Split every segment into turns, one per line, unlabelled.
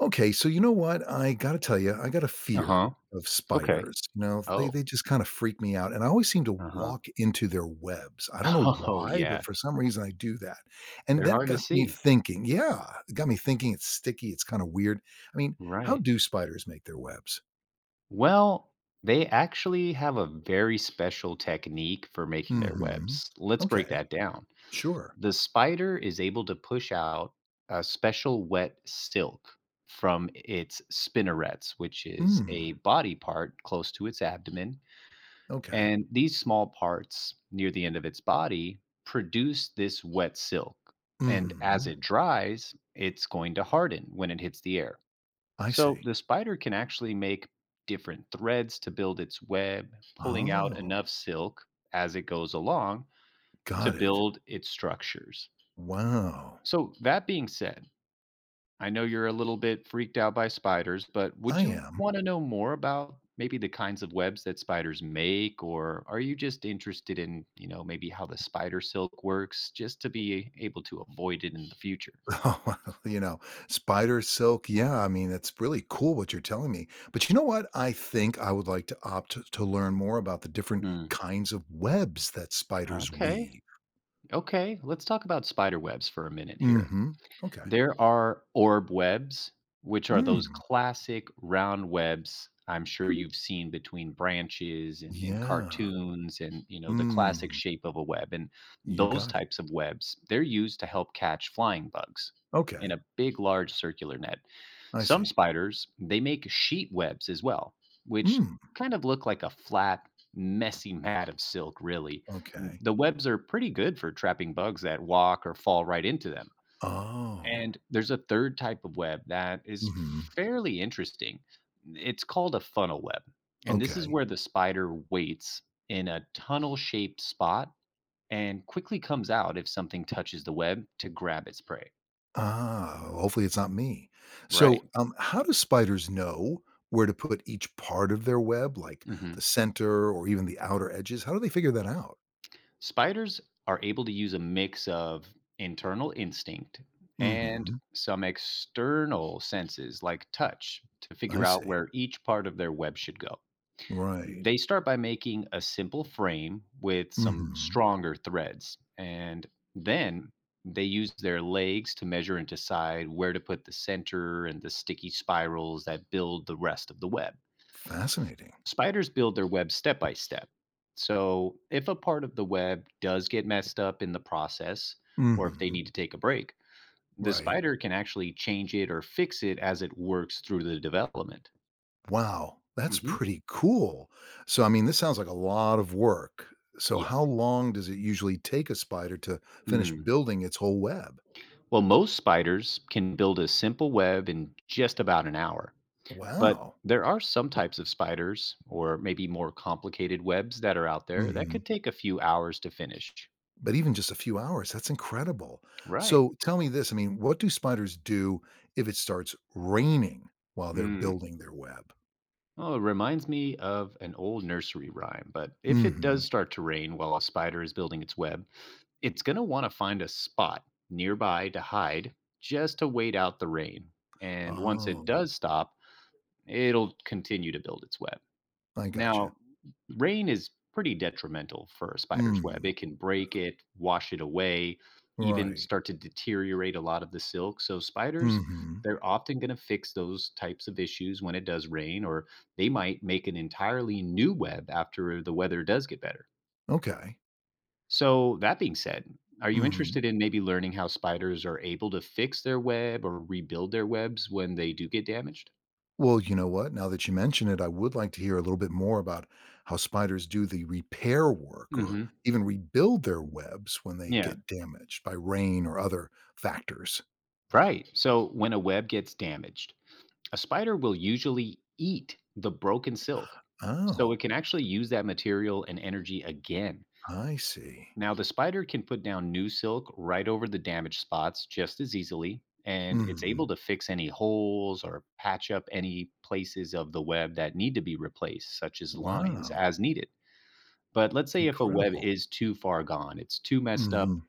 Okay, so you know what? I gotta tell you, I got a fear
Uh-huh.
of
Okay.
spiders. You know, they
Oh.
they just kind of freak me out, and I always seem to
Uh-huh.
walk into their webs. I don't know
Oh,
why, but
yeah.
for some reason I do that, and
They're
that
hard to
got me
see.
thinking. Yeah, it got me thinking. It's sticky. It's kind of weird. I mean, how
Right.
do spiders make their webs?
Well, they actually have a very special technique for making their
Hmm.
webs. Let's
Okay.
break that down.
Sure.
The spider is able to push out a special wet silk from its spinnerets, which is
Hmm.
a body part close to its abdomen.
Okay.
And these small parts near the end of its body produce this wet silk. And as
Hmm.
it dries, it's going to harden when it hits the air.
I
So
see.
the spider can actually make different threads to build its web, pulling out
Oh,
enough silk as it goes along to
got it.
build its structures.
Wow.
So, that being said, I know you're a little bit freaked out by spiders, but
I
would you
am.
want to know more about maybe the kinds of webs that spiders make, or are you just interested in, maybe how the spider silk works just to be able to avoid it in the future?
Oh, you know, spider silk. Yeah, I mean, it's really cool what you're telling me. But you know what? I think I would like to opt to learn more about the different
Mm,
kinds of webs that spiders
okay.
weave.
Okay, let's talk about spider webs for a minute here.
Mm-hmm. Okay.
There are orb webs, which are those
Mm.
classic round webs I'm sure you've seen between branches and in
Yeah.
cartoons, and you know the classic
Mm.
shape of a web. And
You
those
got it.
types of webs, they're used to help catch flying bugs in
Okay.
a big large circular net.
I
Some
see.
spiders, they make sheet webs as well, which
Mm.
kind of look like a flat, messy mat of silk really. And
Okay.
the webs are pretty good for trapping bugs that walk or fall right into them.
Oh.
And there's a third type of web that is
Mm-hmm.
fairly interesting. It's called a funnel web. And this is
Okay.
where the spider waits in a tunnel shaped spot and quickly comes out if something touches the web to grab its prey.
Ah, hopefully it's not me.
Right.
So, how do spiders know where to put each part of their web, like the
hmm
center or even the outer edges? How do they figure that out?
Spiders are able to use a mix of internal instinct and
Hmm.
some external senses like touch to
I
figure out
see.
where each part of their web should go.
Right.
They start by making a simple frame with some
Hmm.
stronger threads, and then they use their legs to measure and decide where to put the center and the sticky spirals that build the rest of the web.
Fascinating.
Spiders build their web step by step. So, if a part of the web does get messed up in the process, or if they
Hmm.
need to take a break, the
Right.
spider can actually change it or fix it as it works through the development.
Wow. That's
Hmm.
pretty cool. So, I mean, this sounds like a lot of work. So,
Yeah.
how long does it usually take a spider to finish
Mm.
building its whole web?
Well, most spiders can build a simple web in just about an hour, but
Wow.
there are some types of spiders, or maybe more complicated webs that are out there, that
Mm-hmm.
could take a few hours to finish.
But even just a few hours, that's incredible.
Right.
So tell me this, I mean, what do spiders do if it starts raining while they're
Mm.
building their web?
Oh, it reminds me of an old nursery rhyme, but if it
Mhm.
does start to rain while a spider is building its web, it's going to want to find a spot nearby to hide just to wait out the rain. And once it
Oh,
does stop, it'll continue to build its web.
I gotcha.
Now, rain is pretty detrimental for a spider's web.
Mm,
It can break it, wash it away, even
right.
start to deteriorate a lot of the silk. So, spiders,
Mhm.
they're often going to fix those types of issues when it does rain, or they might make an entirely new web after the weather does get better.
Okay.
So, that being said, are you
Mhm.
interested in maybe learning how spiders are able to fix their web or rebuild their webs when they do get damaged?
Well, you know what? Now that you mention it, I would like to hear a little bit more about how spiders do the repair work or
Hmm.
even rebuild their webs when they
Yeah.
get damaged by rain or other factors.
Right. So when a web gets damaged, a spider will usually eat the broken silk, so
Oh,
it can actually use that material and energy again.
I see.
Now, the spider can put down new silk right over the damaged spots just as easily, and it's
Mhm.
able to fix any holes or patch up any places of the web that need to be replaced, such as lines,
Wow,
as needed. But let's say if a web
incredible.
is too far gone, it's too messed
Mhm,
up,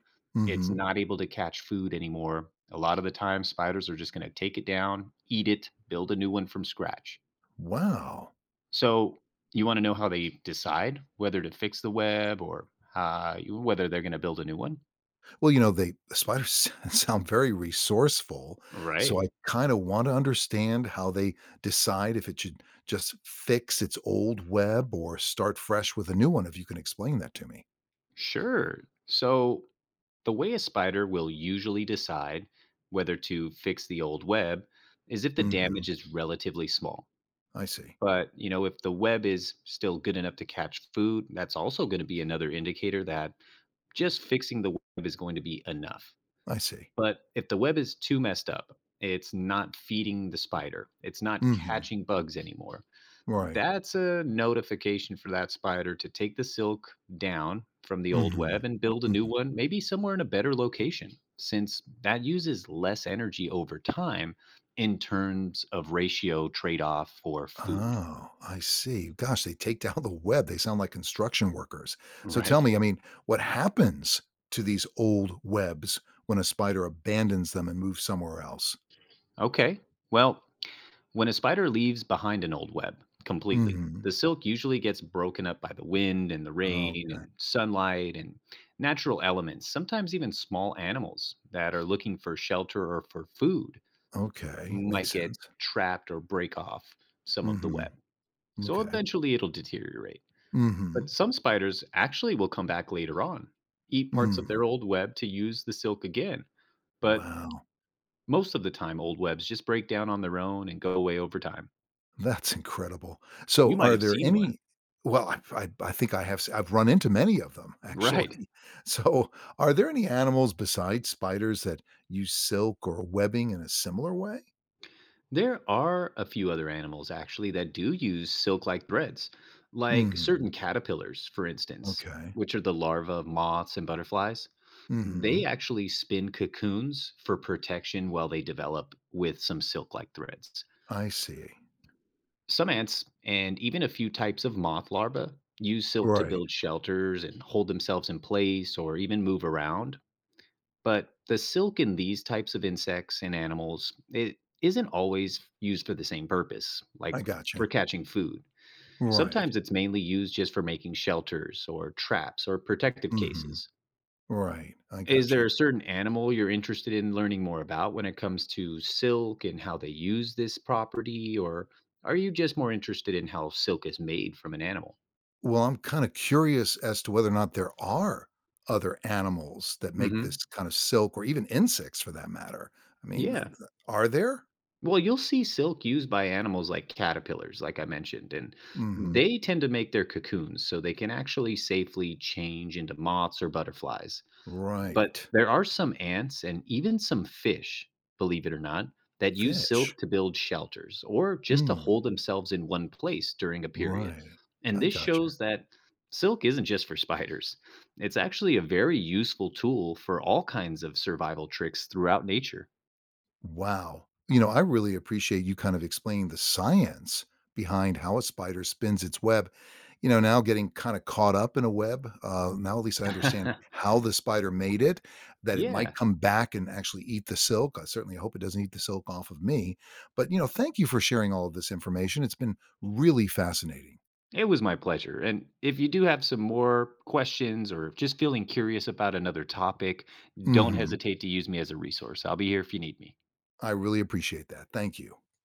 it's
mhm.
not able to catch food anymore. A lot of the time, spiders are just going to take it down, eat it, build a new one from scratch.
Wow.
So you want to know how they decide whether to fix the web, or whether they're going to build a new one?
Well, you know, the spiders sound very resourceful, so
Right.
I kinda wanna understand how they decide if it should just fix its old web or start fresh with a new one, if you can explain that to me.
Sure. So the way a spider will usually decide whether to fix the old web is if the
Mhm,
damage is relatively small.
I see,
But, you know, if the web is still good enough to catch food, that's also going to be another indicator that just fixing the web is going to be enough.
I see.
But if the web is too messed up, it's not feeding the spider, it's not
Mhm,
catching bugs anymore.
right.
That's a notification for that spider to take the silk down from the old web
Mhm,
and build a new
mhm.
one, maybe somewhere in a better location, since that uses less energy over time in terms of ratio trade off for food.
Oh, I see. Gosh, they take down the web. They sound like construction workers. So tell
Right.
me, I mean, what happens to these old webs when a spider abandons them and moves somewhere else?
Okay. Well, when a spider leaves behind an old web completely,
Mhm.
the silk usually gets broken up by the wind and the
Oh,
rain
okay.
and sunlight and natural elements. Sometimes even small animals that are looking for shelter or for food
Okay. Makes
might get
sense.
trapped or break off some of the web.
Mhm.
So
Okay.
eventually it'll deteriorate.
Mhm.
But some spiders actually will come back later on, eat parts of
Mm.
their old web to use the silk again. But
Wow.
most of the time, old webs just break down on their own and go away over time.
That's incredible. So,
You might
are
have
there
seen one.
any well, I think I have s I've run into many of them, actually.
Right.
So, are there any animals besides spiders that use silk or webbing in a similar way?
There are a few other animals actually that do use silk like threads, like
Mhm.
certain caterpillars, for instance,
Okay.
which are the larvae of moths and butterflies.
Mhm.
They actually spin cocoons for protection while they develop with some silk like threads.
I see.
Some ants and even a few types of moth larvae use silk to
Right.
build shelters and hold themselves in place or even move around. But the silk in these types of insects and animals, it isn't always used for the same purpose,
I
like for
gotcha.
catching food.
Right.
Sometimes it's mainly used just for making shelters or traps or protective
Mhm.
cases.
Right. I
Is there
gotcha.
a certain animal you're interested in learning more about when it comes to silk and how they use this property? Or are you just more interested in how silk is made from an animal?
Well, I'm kinda curious as to whether or not there are other animals that make
Hmm.
this kind of silk or even insects for that matter. I mean, th
Yeah.
are there?
Well, you'll see silk used by animals like caterpillars, like I mentioned, and
Mhm.
they tend to make their cocoons so they can actually safely change into moths or butterflies. But
Right.
there are some ants and even some fish, believe it or not, that use
Fish.
silk to build shelters or just to
Mm,
hold themselves in one place during a period.
right.
And
I
this
gotcha.
shows that silk isn't just for spiders, it's actually a very useful tool for all kinds of survival tricks throughout nature.
Wow. You know, I really appreciate you kind of explaining the science behind how a spider spins its web. You know, now getting kind of caught up in a web, now at least I understand how the spider made it, that it might
Yeah.
come back and actually eat the silk. I certainly hope it doesn't eat the silk off of me. But, you know, thank you for sharing all of this information. It's been really fascinating.
It was my pleasure. And if you do have some more questions or just feeling curious about another topic, don't
Mhm.
hesitate to use me as a resource. I'll be here if you need me.
I really appreciate that. Thank you.